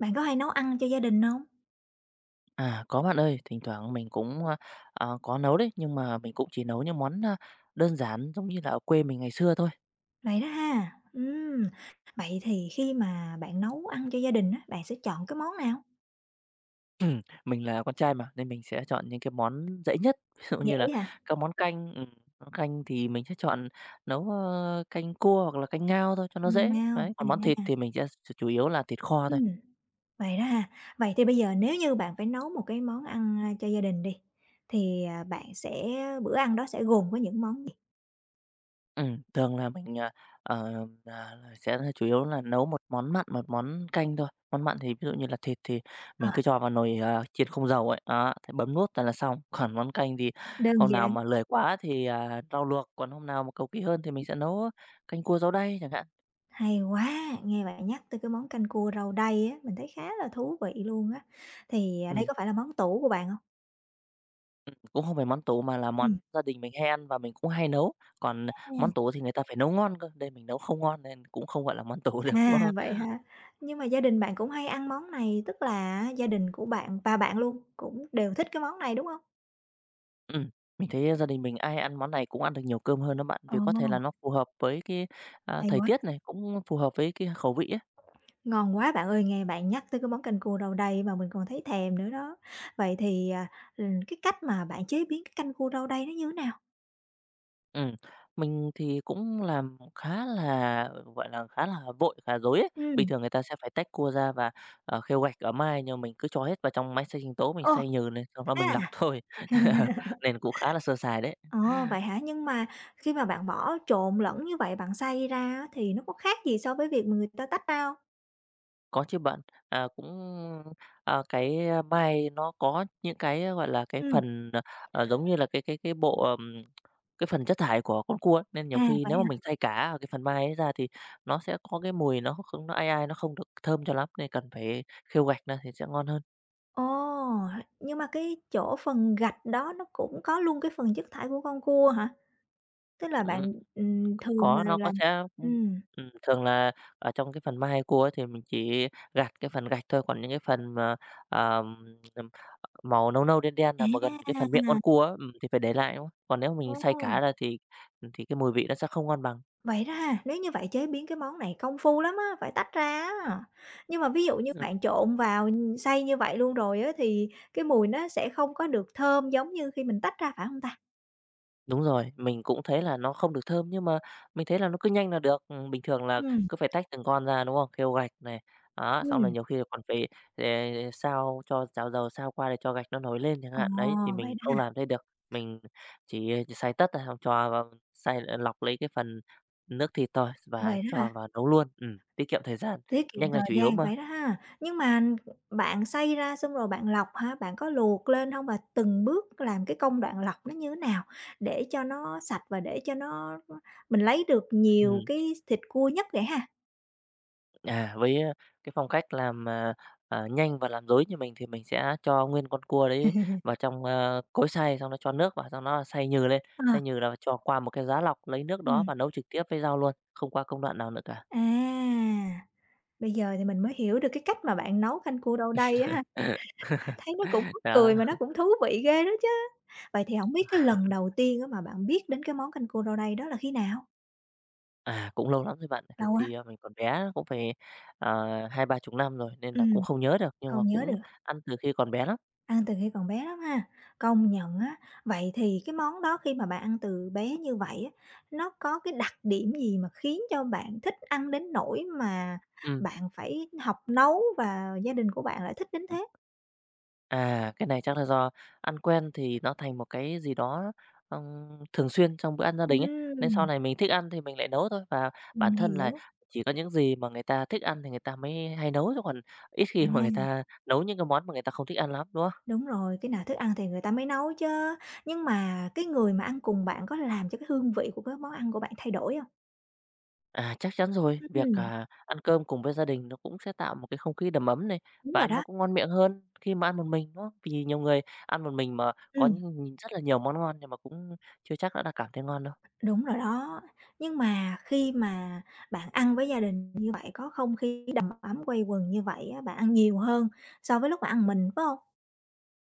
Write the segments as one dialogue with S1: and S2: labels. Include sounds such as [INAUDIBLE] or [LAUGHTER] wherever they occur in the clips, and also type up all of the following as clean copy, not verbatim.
S1: Bạn có hay nấu ăn cho gia đình hông?
S2: À, có bạn ơi, thỉnh thoảng mình cũng, có nấu đấy, nhưng mà mình cũng chỉ nấu những món, đơn giản giống như là ở quê mình ngày xưa thôi.
S1: Vậy đó ha. Vậy thì khi mà bạn nấu ăn cho gia đình á, bạn sẽ chọn cái món nào?
S2: [CLEARS THROAT] Mình là con trai mà, nên mình sẽ chọn những cái món dễ nhất, [LAUGHS] ví dụ
S1: Dễ
S2: như là
S1: à,
S2: các món canh thì mình sẽ chọn nấu, canh cua hoặc là canh ngao thôi cho nó
S1: canh
S2: dễ,
S1: ngao,
S2: đấy, còn món thịt
S1: à,
S2: thì mình sẽ chủ yếu là thịt kho thôi.
S1: ừm, vậy đó ha. Vậy thì bây giờ nếu như bạn phải nấu một cái món ăn, cho gia đình đi, thì, à, bạn sẽ bữa ăn đó sẽ gồm có những món gì?
S2: Thường là mình, sẽ chủ yếu là nấu một món mặn, một món canh thôi. Món mặn thì ví dụ như là thịt thì
S1: Ờ,
S2: mình cứ cho vào nồi, chiên không dầu ấy, đó, thế bấm nút là xong. Còn món canh thì
S1: đơn
S2: hôm nào
S1: giản,
S2: mà lười quá thì, rau luộc, còn hôm nào mà cầu kỳ hơn thì mình sẽ nấu canh cua rau đay chẳng hạn.
S1: hay quá! Nghe bạn nhắc tới cái món canh cua rau đay á, mình thấy khá là thú vị luôn á. Đây
S2: Ừm,
S1: có phải là món tủ của bạn hông?
S2: Cũng không phải món tủ mà là
S1: Ừm.
S2: món gia đình mình hay ăn và mình cũng hay nấu. Còn
S1: À.
S2: món tủ thì người ta phải nấu ngon cơ, đây mình nấu không ngon nên cũng không gọi là món tủ [LAUGHS] được, đúng
S1: À,
S2: không?
S1: vậy hả? Nhưng mà gia đình bạn cũng hay ăn món này, tức là á gia đình của bạn và bạn luôn cũng đều thích cái món này, đúng không?
S2: Ừm, mình thấy ờ, gia đình mình ai ăn món này cũng ăn được nhiều cơm hơn đó bạn,
S1: Ồ,
S2: vì có thể là nó phù hợp với cái,
S1: hay
S2: thời
S1: quá,
S2: tiết này, cũng phù hợp với cái khẩu vị ấy.
S1: ngon quá bạn ơi, nghe bạn nhắc tới cái món canh cua rau đay mà mình còn thấy thèm nữa đó. Vậy thì cái cách mà bạn chế biến cái canh cua rau đay nó như thế nào?
S2: Ừm, mình thì cũng làm khá là, gọi là, khá là vội, khá rối ấy. Bình
S1: Ừm,
S2: thường người ta sẽ phải tách cua ra và, khêu gạch ở mai, nhưng mà mình cứ cho hết vào trong máy xay sinh tố, mình
S1: ồ,
S2: xay nhừ lên, xong đó
S1: thế
S2: mình lọc
S1: à?
S2: thôi, [LAUGHS]
S1: [LAUGHS]
S2: nên cũng khá là sơ sài đấy.
S1: Ồ, vậy hả? Nhưng mà khi mà bạn bỏ trộn lẫn như vậy, bạn xay ra á thì nó có khác gì so với việc mà người ta tách ra hông?
S2: Có chứ bạn. À, cũng, à, cái, mai nó có những cái, à, gọi là, cái
S1: Ừm,
S2: phần, giống như là cái bộ, cái phần chất thải của con cua ấy, nên nhiều
S1: à,
S2: khi
S1: vậy
S2: nếu mà mình
S1: hả?
S2: thay cá ở cái phần mai ấy ra thì nó sẽ có cái mùi nó không ai ai, nó không được thơm cho lắm, nên cần phải khêu gạch ra thì sẽ ngon hơn.
S1: Ồ! Nhưng mà cái chỗ phần gạch đó nó cũng có luôn cái phần chất thải của con cua hả? Tức là
S2: Ừm.
S1: bạn, thường
S2: Có,
S1: là
S2: nó có
S1: là
S2: sẽ
S1: ừm,
S2: thường là ở trong cái phần Mahagua ấy thì mình chỉ gạt cái phần gạch thôi, còn những cái phần mà, ờm, ừm, màu nâu nâu, đen đen, là mà gần cái phần miệng con
S1: à,
S2: cua á, thì phải để lại, đúng không? Còn nếu mình xay
S1: ô,
S2: cá ra thì cái mùi vị nó sẽ không ngon bằng.
S1: vậy đó ha, nếu như vậy chế biến cái món này công phu lắm á, phải tách ra á. Nhưng mà ví dụ như
S2: Ừ.
S1: bạn trộn vào, xay như vậy luôn rồi á thì cái mùi nó sẽ không có được thơm giống như khi mình tách ra, phải không ta?
S2: Đúng rồi, mình cũng thấy là nó không được thơm nhưng mà mình thấy là nó cứ nhanh là được. Bình thường là
S1: Ừm,
S2: cứ phải tách từng con ra, đúng không? Khêu gạch này, đó, xong rồi
S1: ừm,
S2: nhiều khi còn phải, ờ, sao cho chảo dầu sao qua để cho gạch nó nổi lên chẳng
S1: ồ,
S2: hạn. Đấy, thì mình
S1: vậy đó
S2: không
S1: ha,
S2: làm thế được, mình chỉ ờ, xay tất ra xong cho vào xay ờ, lọc lấy cái phần nước thịt thôi và
S1: vậy đó
S2: cho
S1: hả?
S2: vào nấu luôn. Tiết kiệm thời gian,
S1: Tiết kiệm
S2: nhanh là
S1: thời
S2: chủ yếu
S1: gian,
S2: mà.
S1: vậy đó ha. Nhưng mà bạn xay ra xong rồi bạn lọc hả? Bạn có luộc lên hông? Và từng bước làm cái công đoạn lọc nó như thế nào để cho nó sạch và để cho nó mình lấy được nhiều
S2: Ừm.
S1: cái thịt cua nhất vậy ha?
S2: À, với, cái phong cách làm, nhanh và làm rối như mình thì mình sẽ cho nguyên con cua đấy vào trong, cối xay, xong đó cho nước vào, xong nó xay nhừ lên,
S1: Ờ,
S2: xay nhừ là cho qua một cái giá lọc, lấy nước đó
S1: ừm.
S2: và nấu trực tiếp với rau luôn, không qua công đoạn nào nữa cả.
S1: À, bây giờ thì mình mới hiểu được cái cách mà bạn nấu canh cua đâu đây á ha.
S2: [LAUGHS]
S1: Thấy nó cũng mắc cười
S2: Đó,
S1: mà nó cũng thú vị ghê đó chứ. Vậy thì hổng biết cái lần đầu tiên á mà bạn biết đến cái món canh cua đâu đây đó là khi nào?
S2: à, cũng lâu lắm rồi bạn, từ
S1: Lâu
S2: khi,
S1: quá?
S2: mình còn bé cũng phải, 2 3 chục năm rồi nên là cũng
S1: Ừm,
S2: không nhớ được, nhưng mà
S1: không nhớ
S2: cũng
S1: được.
S2: ăn từ khi còn bé lắm.
S1: Ăn từ khi còn bé lắm ha. Công nhận á, vậy thì cái món đó khi mà bạn ăn từ bé như vậy á, nó có cái đặc điểm gì mà khiến cho bạn thích ăn đến nỗi mà
S2: Ừm.
S1: bạn phải học nấu và gia đình của bạn lại thích đến thế?
S2: À, cái này chắc là do ăn quen thì nó thành một cái gì đó, thường xuyên trong bữa ăn gia đình ấy, nên sau
S1: Ừm,
S2: này mình thích ăn thì mình lại nấu thôi. Và bản
S1: mình
S2: thân là
S1: hiểu.
S2: chỉ có những gì mà người ta thích ăn thì người ta mới hay nấu, chứ còn ít khi mà người
S1: À,
S2: ta nấu những cái món mà người ta không thích ăn lắm, đúng không?
S1: đúng rồi, cái nào thức ăn thì người ta mới nấu chứ. Nhưng mà cái người mà ăn cùng bạn có làm cho cái hương vị của cái món ăn của bạn thay đổi không?
S2: À, chắc chắn rồi, việc,
S1: Ừm,
S2: ăn cơm cùng với gia đình nó cũng sẽ tạo một cái không khí đầm ấm này,
S1: đúng
S2: và
S1: rồi
S2: ăn nó
S1: đó.
S2: cũng ngon miệng hơn khi mà ăn một mình, đúng không? Vì nhiều người ăn một mình mà có
S1: Ừm.
S2: những rất là nhiều món ngon nhưng mà cũng chưa chắc đã là cảm thấy ngon đâu.
S1: Đúng rồi đó. Nhưng mà khi mà bạn ăn với gia đình như vậy, có không khí đầm ấm quây quần như vậy á, bạn ăn nhiều hơn so với lúc bạn ăn mình, phải hông?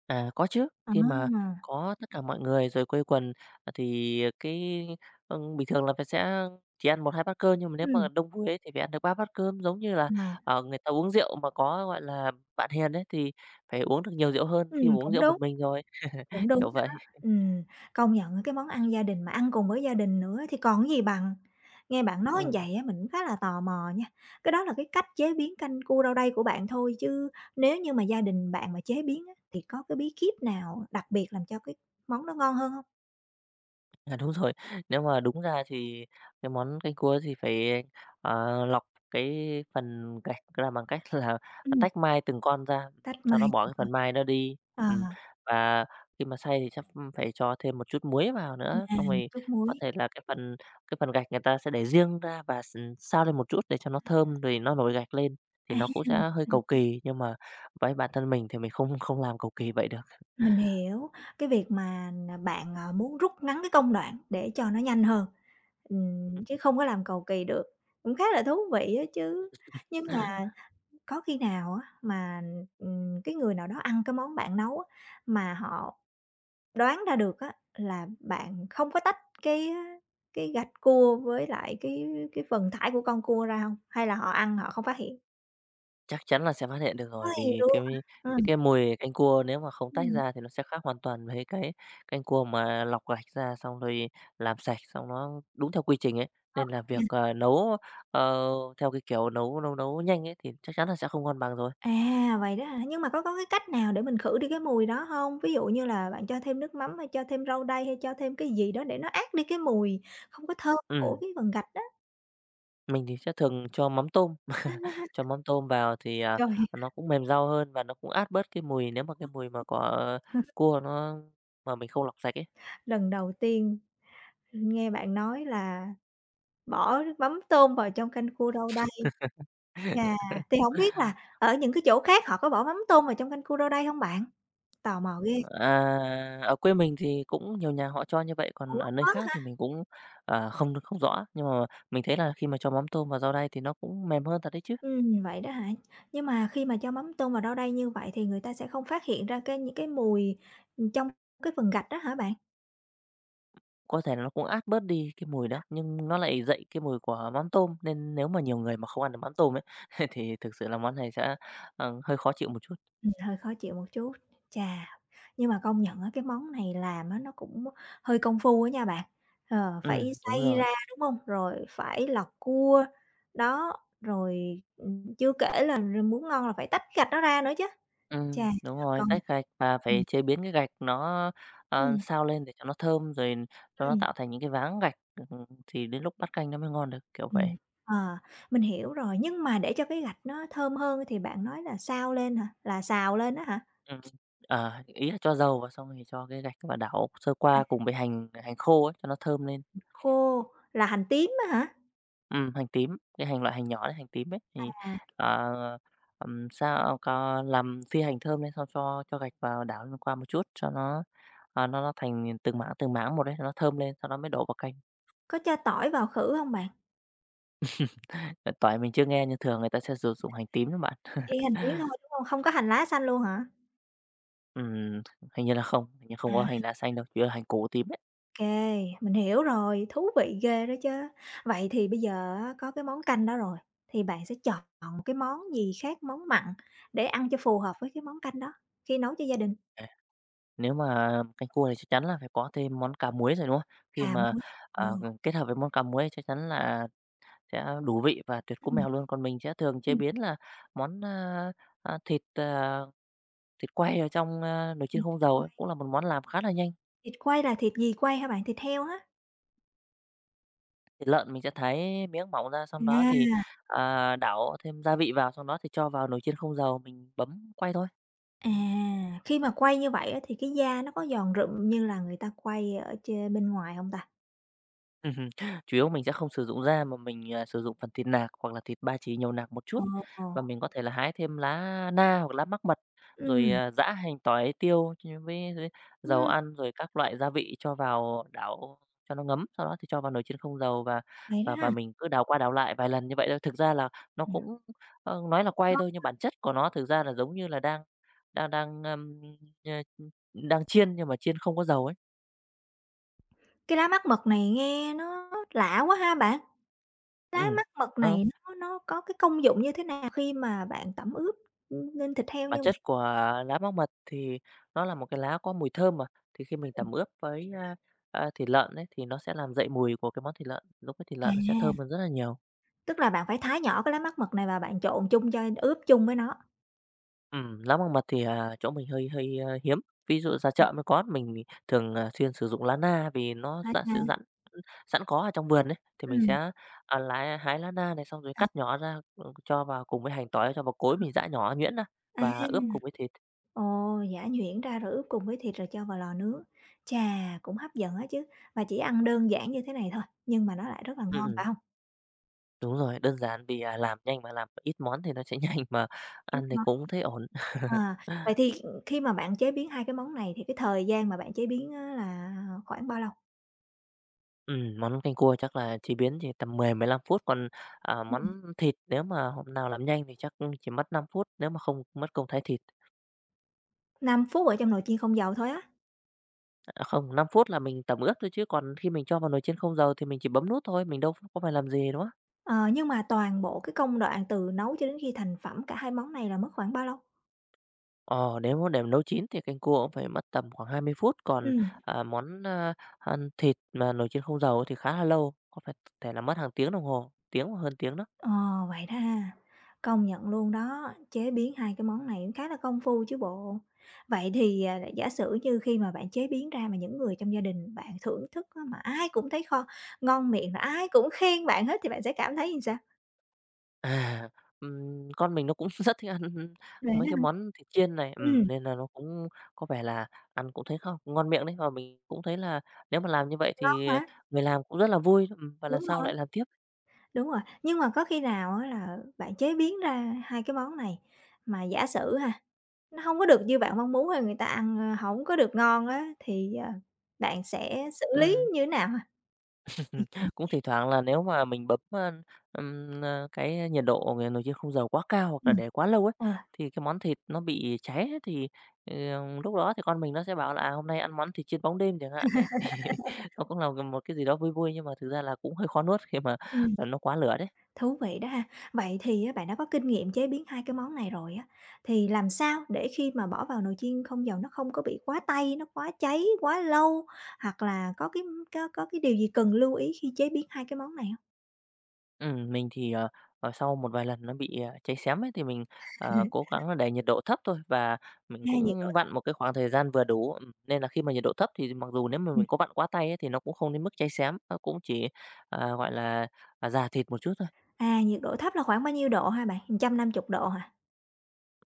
S2: À, có chứ, khi mà
S1: À,
S2: có tất cả mọi người rồi quây quần, thì cái, bình thường là phải sẽ chỉ ăn 1 2 bát cơm, nhưng mà nếu mà
S1: ừm,
S2: đông vui ấy thì phải ăn được 3 bát cơm. Giống như là,
S1: ờ,
S2: người ta uống rượu mà có, gọi là, bạn hiền ấy, thì phải uống được nhiều rượu hơn khi
S1: ừm,
S2: mà uống
S1: cũng
S2: rượu một
S1: đúng,
S2: mình rồi,
S1: cũng đúng
S2: kiểu vậy.
S1: đó. Công nhận á, cái món ăn gia đình mà ăn cùng với gia đình nữa thì còn cái gì bằng. Nghe bạn nói như
S2: Ừm.
S1: vậy á, mình cũng khá là tò mò nha, cái đó là cái cách chế biến canh cua rau đay của bạn thôi, chứ nếu như mà gia đình bạn mà chế biến á, thì có cái bí kíp nào đặc biệt làm cho cái món đó ngon hơn hông?
S2: À, đúng rồi. Nếu mà đúng ra thì cái món canh cua thì phải, lọc cái phần gạch ra bằng cách là [LAUGHS]
S1: Ừm.
S2: tách mai từng con ra,
S1: Tách
S2: sau đó
S1: mai,
S2: bỏ cái phần
S1: [UNINTELLIGIBLE]
S2: mai đó đi.
S1: ờ,
S2: Ừm, và khi mà xay thì chắc phải cho thêm một chút muối vào nữa,
S1: à,
S2: xong
S1: một
S2: rồi
S1: chút
S2: có
S1: muối.
S2: thể là cái phần gạch người ta sẽ để riêng ra và xao lên một chút để cho nó thơm rồi nó nổi gạch lên, thì
S1: À,
S2: nó cũng sẽ hơi cầu kỳ, nhưng mà với bản thân mình thì mình không không làm cầu kỳ vậy được.
S1: mình hiểu, cái việc mà bạn, muốn rút ngắn cái công đoạn để cho nó nhanh hơn, chứ không
S2: [LAUGHS]
S1: có làm cầu kỳ được, cũng khá là thú vị á chứ. Nhưng mà có khi nào á mà cái người nào đó ăn cái món bạn nấu á, mà họ đoán ra được á là bạn không có tách cái, á, cái gạch cua với lại cái phần thải của con cua ra hông? Hay là họ ăn họ không phát hiện?
S2: Chắc chắn là sẽ phát hiện được rồi,
S1: Phát hiện
S2: vì
S1: luôn
S2: cái
S1: hả?
S2: cái cái mùi canh cua nếu mà không tách
S1: Ừm.
S2: ra thì nó sẽ khác hoàn toàn với cái canh cua mà lọc gạch ra xong rồi làm sạch, xong nó đúng theo quy trình ấy. Nên là việc,
S1: À,
S2: nấu, ờ, theo cái kiểu nấu nấu nấu nhanh ấy thì chắc chắn là sẽ không ngon bằng rồi.
S1: à, vậy đó hả? Nhưng mà có cái cách nào để mình khử đi cái mùi đó hông? Ví dụ như là bạn cho thêm nước mắm hay cho thêm rau đay hay cho thêm cái gì đó để nó át đi cái mùi không có thơm của
S2: Ừm,
S1: cái phần gạch đó.
S2: mình thì sẽ thường cho
S1: [LAUGHS] À,
S2: mắm tôm vào thì,
S1: Trời,
S2: nó cũng mềm rau hơn và nó cũng át bớt cái mùi nếu mà cái mùi mà của cua nó mà mình không lọc sạch ấy.
S1: lần đầu tiên nghe bạn nói là bỏ mắm tôm vào trong canh cua rau đay, chà, thì
S2: [LAUGHS]
S1: hổng biết là ở những cái chỗ khác họ có bỏ mắm tôm vào trong canh cua rau đay hông bạn? Tò mò ghê.
S2: À, ở quê mình thì cũng nhiều nhà họ cho như vậy, còn
S1: Ủa,
S2: ở nơi
S1: có
S2: khác thì mình cũng, không không rõ. Nhưng mà mình thấy là khi mà cho mắm tôm vào rau đay thì nó cũng mềm hơn thật đấy chứ.
S1: Vậy đó hả? Nhưng mà khi mà cho mắm tôm vào rau đay như vậy thì người ta sẽ không phát hiện ra cái những cái mùi, trong cái phần gạch đó hả bạn?
S2: Có thể là nó cũng át bớt đi cái mùi đó, nhưng nó lại dậy cái mùi của mắm tôm, nên nếu mà nhiều người mà không ăn được mắm tôm ấy, [LAUGHS] thì thực sự là món này sẽ, hơi khó chịu một chút.
S1: Hơi khó chịu một chút. Chà, nhưng mà công nhận á, cái món này làm á, nó cũng hơi công phu á nha bạn. Ờ, phải
S2: Đúng
S1: xay
S2: rồi.
S1: ra, đúng không? Rồi phải lọc cua, đó, rồi, chưa kể là muốn ngon là phải tách gạch nó ra nữa chứ. Chà,
S2: Đúng rồi,
S1: công
S2: tách gạch và
S1: ừm,
S2: phải chế biến cái gạch nó,
S1: ừm,
S2: xào lên để cho nó thơm, rồi cho nó
S1: ừm.
S2: tạo thành những cái váng gạch, thì đến lúc bắt canh nó mới ngon được, kiểu vậy.
S1: Ừm, ờ, mình hiểu rồi, nhưng mà để cho cái gạch nó thơm hơn thì bạn nói là xao lên hả? Là xào lên á hả?
S2: Ừm, à, ý là cho dầu vào xong thì cho cái gạch và đảo sơ
S1: À,
S2: qua cùng với hành hành khô ấy cho nó thơm lên.
S1: khô là hành tím á hả?
S2: Hành tím, cái hành loại hành nhỏ đấy, hành tím ấy thì,
S1: À,
S2: ờ, sao có làm phi hành thơm lên xong cho gạch vào đảo lên qua một chút cho nó, à, nó thành từng mảng một đấy nó thơm lên, sau đó mới đổ vào canh.
S1: có cho tỏi vào khử hông bạn?
S2: [LAUGHS] Tỏi mình chưa nghe nhưng thường người ta sẽ sử dụng hành tím đó bạn. [LAUGHS]
S1: Chỉ hành tím thôi, đúng hông? Không có hành lá xanh luôn hả?
S2: Ừm, hình như là không, hình như không
S1: À,
S2: có hành
S1: ô
S2: lá xanh đâu, chỉ là hành củ tím ấy.
S1: kê, mình hiểu rồi, thú vị ghê đó chứ. Vậy thì bây giờ á có cái món canh đó rồi, thì bạn sẽ chọn cái món gì khác món mặn để ăn cho phù hợp với cái món canh đó khi nấu cho gia đình?
S2: Nếu mà canh cua thì chắc chắn là phải có thêm món cá muối rồi, đúng không? Khi
S1: Cà
S2: mà,
S1: muối,
S2: ờ, kết hợp với món cá muối chắc chắn là sẽ đủ vị và tuyệt cú
S1: ừm,
S2: mèo luôn. Còn mình sẽ thường chế
S1: ừm,
S2: biến là món, thịt, thịt quay ở trong, nồi chiên
S1: ừm.
S2: không dầu ấy, cũng là một món làm khá là nhanh.
S1: Thịt quay là thịt gì quay hả bạn? Thịt heo hả?
S2: Thịt lợn mình sẽ thái miếng mỏng ra, xong đó thì,
S1: À,
S2: đảo thêm gia vị vào, xong đó thì cho vào nồi chiên không dầu, mình bấm quay thôi.
S1: à, khi mà quay như vậy á thì cái da nó có giòn rụm như là người ta quay ở chê bên ngoài không ta?
S2: Hừm. Chủ yếu mình sẽ không sử dụng da mà mình, sử dụng phần thịt nạc hoặc là thịt ba chỉ nhiều nạc một chút,
S1: Ồ,
S2: và mình có thể là hái thêm lá na hoặc lá mắc mật, rồi,
S1: ừm,
S2: giã hành, tỏi, tiêu ch với dầu
S1: ừm,
S2: ăn, rồi các loại gia vị cho vào đảo cho nó ngấm, sau đó thì cho vào nồi chiên không dầu và
S1: vậy đó
S2: và
S1: ha.
S2: và mình cứ đảo qua đảo lại vài lần như vậy thôi. Thực ra là nó
S1: Ừm,
S2: cũng, nói là quay
S1: ngon.
S2: thôi nhưng bản chất của nó thực ra là giống như là đang đang đang, ưm, ơ, đang chiên nhưng mà chiên không có dầu ấy.
S1: Cái lá mắc mật này nghe nó lạ quá ha bạn. Lá
S2: Ừ,
S1: mắc mật
S2: nó.
S1: này nó có cái công dụng như thế nào khi mà bạn tẩm ướp, lên thịt heo
S2: Bản
S1: như vậy?
S2: chất của lá móc mật thì nó là một cái lá có mùi thơm mà, thì khi mình tẩm ướp với, thịt lợn ấy, thì nó sẽ làm dậy mùi của cái món thịt lợn, lúc ấy thịt
S1: À,
S2: lợn nó sẽ thơm hơn rất là nhiều.
S1: tức là bạn phải thái nhỏ cái lá mắc mật này và bạn trộn chung cho ướp chung với nó.
S2: Lá móc mật thì, chỗ mình hơi hơi, hiếm, ví dụ ra
S1: Ừm,
S2: chợ mới có, mình thì thường, xuyên sử dụng lá na vì nó
S1: à, à,
S2: sẵn sẵn có ở trong vườn ấy, thì mình
S1: ừm,
S2: sẽ, lá hái lá na này xong rồi
S1: à,
S2: cắt nhỏ ra, ừ, cho vào cùng với hành tỏi, cho vào cối mình giã nhỏ nhuyễn ra
S1: à.
S2: và ướp cùng với thịt.
S1: Ồ, giả nhuyễn ra rồi ướp cùng với thịt rồi cho vào lò nướng. Chà, cũng hấp dẫn á chứ, và chỉ ăn đơn giản như thế này thôi, nhưng mà nó lại rất là
S2: Ừm,
S1: ngon,
S2: ừm.
S1: phải không?
S2: Đúng rồi, đơn giản vì, làm nhanh mà làm ít món thì nó sẽ [LAUGHS] nhanh mà
S1: Cái
S2: ăn thì
S1: món
S2: cũng
S1: này
S2: thấy ổn.
S1: À, vậy thì khi mà bạn chế biến hai cái món này thì cái thời gian mà bạn chế biến á là khoảng bao lâu?
S2: Món canh cua chắc là chế biến chỉ tầm mười mười 15 phút, còn,
S1: Ừm.
S2: món thịt nếu mà hôm nào làm nhanh thì chắc chỉ mất 5 phút nếu mà không mất công thái thịt.
S1: 5 phút ở trong nồi chiên không dầu thôi á?
S2: À, không, 5 phút là mình tẩm ướp thôi chứ còn khi mình cho vào nồi chiên không dầu thì mình chỉ bấm nút thôi, mình đâu có phải làm gì, đúng không?
S1: Ờ, nhưng mà toàn bộ cái công đoạn từ nấu cho đến khi thành phẩm cả hai món này là mất khoảng bao lâu?
S2: Ờ, nếu mà để nấu chín thì canh cua cũng phải mất tầm khoảng 20 phút, còn,
S1: Ừm.
S2: món, ăn thịt mà nồi chiên không dầu thì khá là lâu, có phải thể là mất hàng tiếng đồng hồ, tiếng hoặc hơn tiếng đó.
S1: Ờ, vậy đó ha. Công nhận luôn đó, chế biến hai cái món này cũng khá là công phu chứ bộ. Vậy thì giả sử như khi mà bạn chế biến ra mà những người trong gia đình bạn thưởng thức á, mà ai cũng thấy kho ngon miệng, rồi ai cũng khen bạn hết thì bạn sẽ cảm thấy như sao?
S2: À, con mình nó cũng [LAUGHS] rất thích ăn
S1: Vậy
S2: mấy
S1: đó
S2: cái
S1: hả?
S2: món thịt chiên này,
S1: Ừm,
S2: nên là nó cũng có vẻ là ăn cũng thấy không ngon miệng đấy. Và mình cũng thấy là nếu mà làm như vậy
S1: ngon
S2: thì,
S1: quá,
S2: người làm cũng rất là vui, và lần
S1: đúng
S2: sau
S1: rồi,
S2: lại làm tiếp.
S1: đúng rồi. Nhưng mà có khi nào á là bạn chế biến ra hai cái món này mà giả sử ha, nó không có được như bạn mong muốn hay người ta ăn, ơ, hổng có được ngon á, thì bạn sẽ xử lý
S2: Ừm.
S1: như thế nào ha?
S2: [LAUGHS] Ừm, cũng thỉnh thoảng là nếu mà mình bấm, cái nhiệt độ nồi chiên không dầu quá cao hoặc là
S1: Ừm.
S2: để quá lâu ấy,
S1: Ờ.
S2: thì cái món thịt nó bị cháy ấy, thì, ờ, lúc đó thì con mình nó sẽ bảo là, hôm nay ăn món thịt chiên bóng đêm chẳng hạn đấy. [LAUGHS] Thì nó cũng là một cái gì đó vui vui nhưng mà thực ra là cũng hơi khó nuốt khi mà,
S1: Ừ.
S2: nó quá lửa đấy.
S1: Thú vị đó ha. Vậy thì á, bạn đã có kinh nghiệm chế biến 2 cái món này rồi á, thì làm sao để khi mà bỏ vào nồi chiên không dầu nó không có bị quá tay, nó quá cháy, quá lâu, hoặc là có cái có cái điều gì cần lưu ý khi chế biến 2 cái món này không?
S2: Mình thì, sau một vài lần nó bị, cháy xém ấy, thì mình, cố
S1: [LAUGHS]
S2: gắng là để nhiệt độ thấp thôi và mình
S1: À, nhiệt độ
S2: cũng
S1: thấp,
S2: vặn một cái khoảng thời gian vừa đủ. Nên là khi mà nhiệt độ thấp thì mặc dù nếu mà
S1: Ừm.
S2: mình có vặn quá tay ấy, thì nó cũng không đến mức cháy xém, nó cũng chỉ, gọi là, già thịt một chút thôi.
S1: À, nhiệt độ thấp là khoảng bao nhiêu độ hả bạn? 150 độ hả?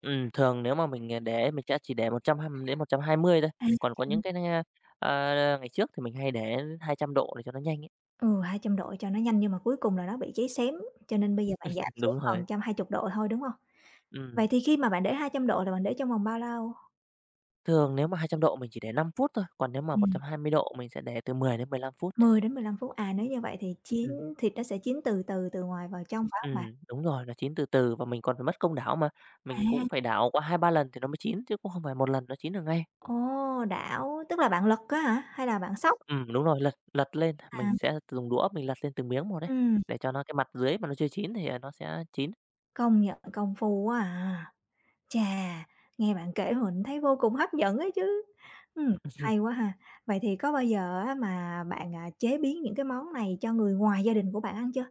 S2: Thường nếu mà mình, để mình sẽ chỉ để 120 đến 120 thôi,
S1: À, hai
S2: còn có những
S1: trăm
S2: cái, ờ, ngày trước thì mình hay để đến 200 độ để cho nó nhanh ấy.
S1: ừ, 200 độ cho nó nhanh nhưng mà cuối cùng là nó bị cháy xém, cho nên bây giờ
S2: Ừ,
S1: bạn giảm xuống
S2: đúng
S1: còn
S2: rồi,
S1: 120 độ thôi, đúng không?
S2: ừm,
S1: Vậy thì khi mà bạn để 200 độ là bạn để trong vòng bao lâu?
S2: thường nếu mà 200 độ mình chỉ để 5 phút thôi, còn nếu mà một
S1: Ừm.
S2: trăm hai mươi độ mình sẽ để từ 10 đến 15 phút.
S1: 10-15 phút, à, nếu như vậy thì chín
S2: Ừm,
S1: thịt nó sẽ chín từ từ từ ngoài vào trong phải không bạn?
S2: đúng rồi, nó chín từ từ và mình còn phải mất công đảo mà, mình
S1: À,
S2: cũng phải đảo qua hai ba lần thì nó mới chín chứ cũng không phải một lần nó chín được ngay.
S1: ồ, đảo, tức là bạn lật á hả, hay là bạn xóc?
S2: Đúng rồi, lật lật lên,
S1: À,
S2: mình sẽ dùng đũa mình lật lên từng miếng một đấy
S1: ừm,
S2: để cho nó cái mặt dưới mà nó chưa chín thì, nó sẽ chín.
S1: công nhận công phu quá à. Chà, nghe bạn kể mình thấy vô cùng hấp dẫn ấy chứ. Hay
S2: [LAUGHS]
S1: quá ha. Vậy thì có bao giờ á mà bạn chế biến những cái món này cho người ngoài gia đình của bạn ăn chưa?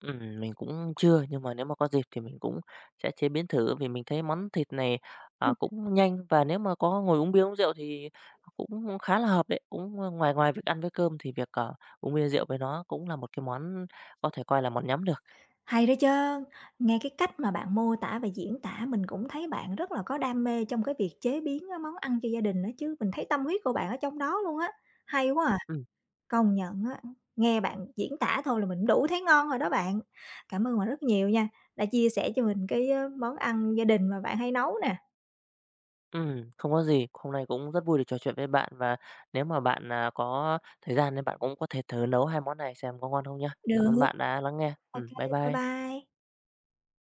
S2: Mình cũng chưa, nhưng mà nếu mà có dịp thì mình cũng sẽ chế biến thử vì mình thấy món thịt này, cũng nhanh và nếu mà có ngồi uống bia uống rượu thì cũng khá là hợp đấy. Cũng ờ, ngoài ngoài việc ăn với cơm thì việc, uống bia rượu với nó cũng là một cái món có thể coi là món nhắm được.
S1: Hay đó chớ! Nghe cái cách mà bạn mô tả và diễn tả mình cũng thấy bạn rất là có đam mê trong cái việc chế biến á món ăn cho gia đình đó chứ, mình thấy tâm huyết của bạn ở trong đó luôn á. Hay quá à!
S2: Ừm.
S1: Công nhận á, nghe bạn diễn tả thôi là mình đủ thấy ngon rồi đó bạn. Cảm ơn bạn rất nhiều nha, đã chia sẻ cho mình cái, ơ, món ăn gia đình mà bạn hay nấu nè.
S2: Không có gì. Hôm nay cũng rất vui được trò chuyện với bạn và nếu mà bạn, có thời gian thì bạn cũng có thể thử nấu 2 món này xem có ngon không nhá. Cảm
S1: Được,
S2: ơn bạn đã lắng nghe.
S1: ok,
S2: Bye
S1: bye
S2: bye.
S1: bye.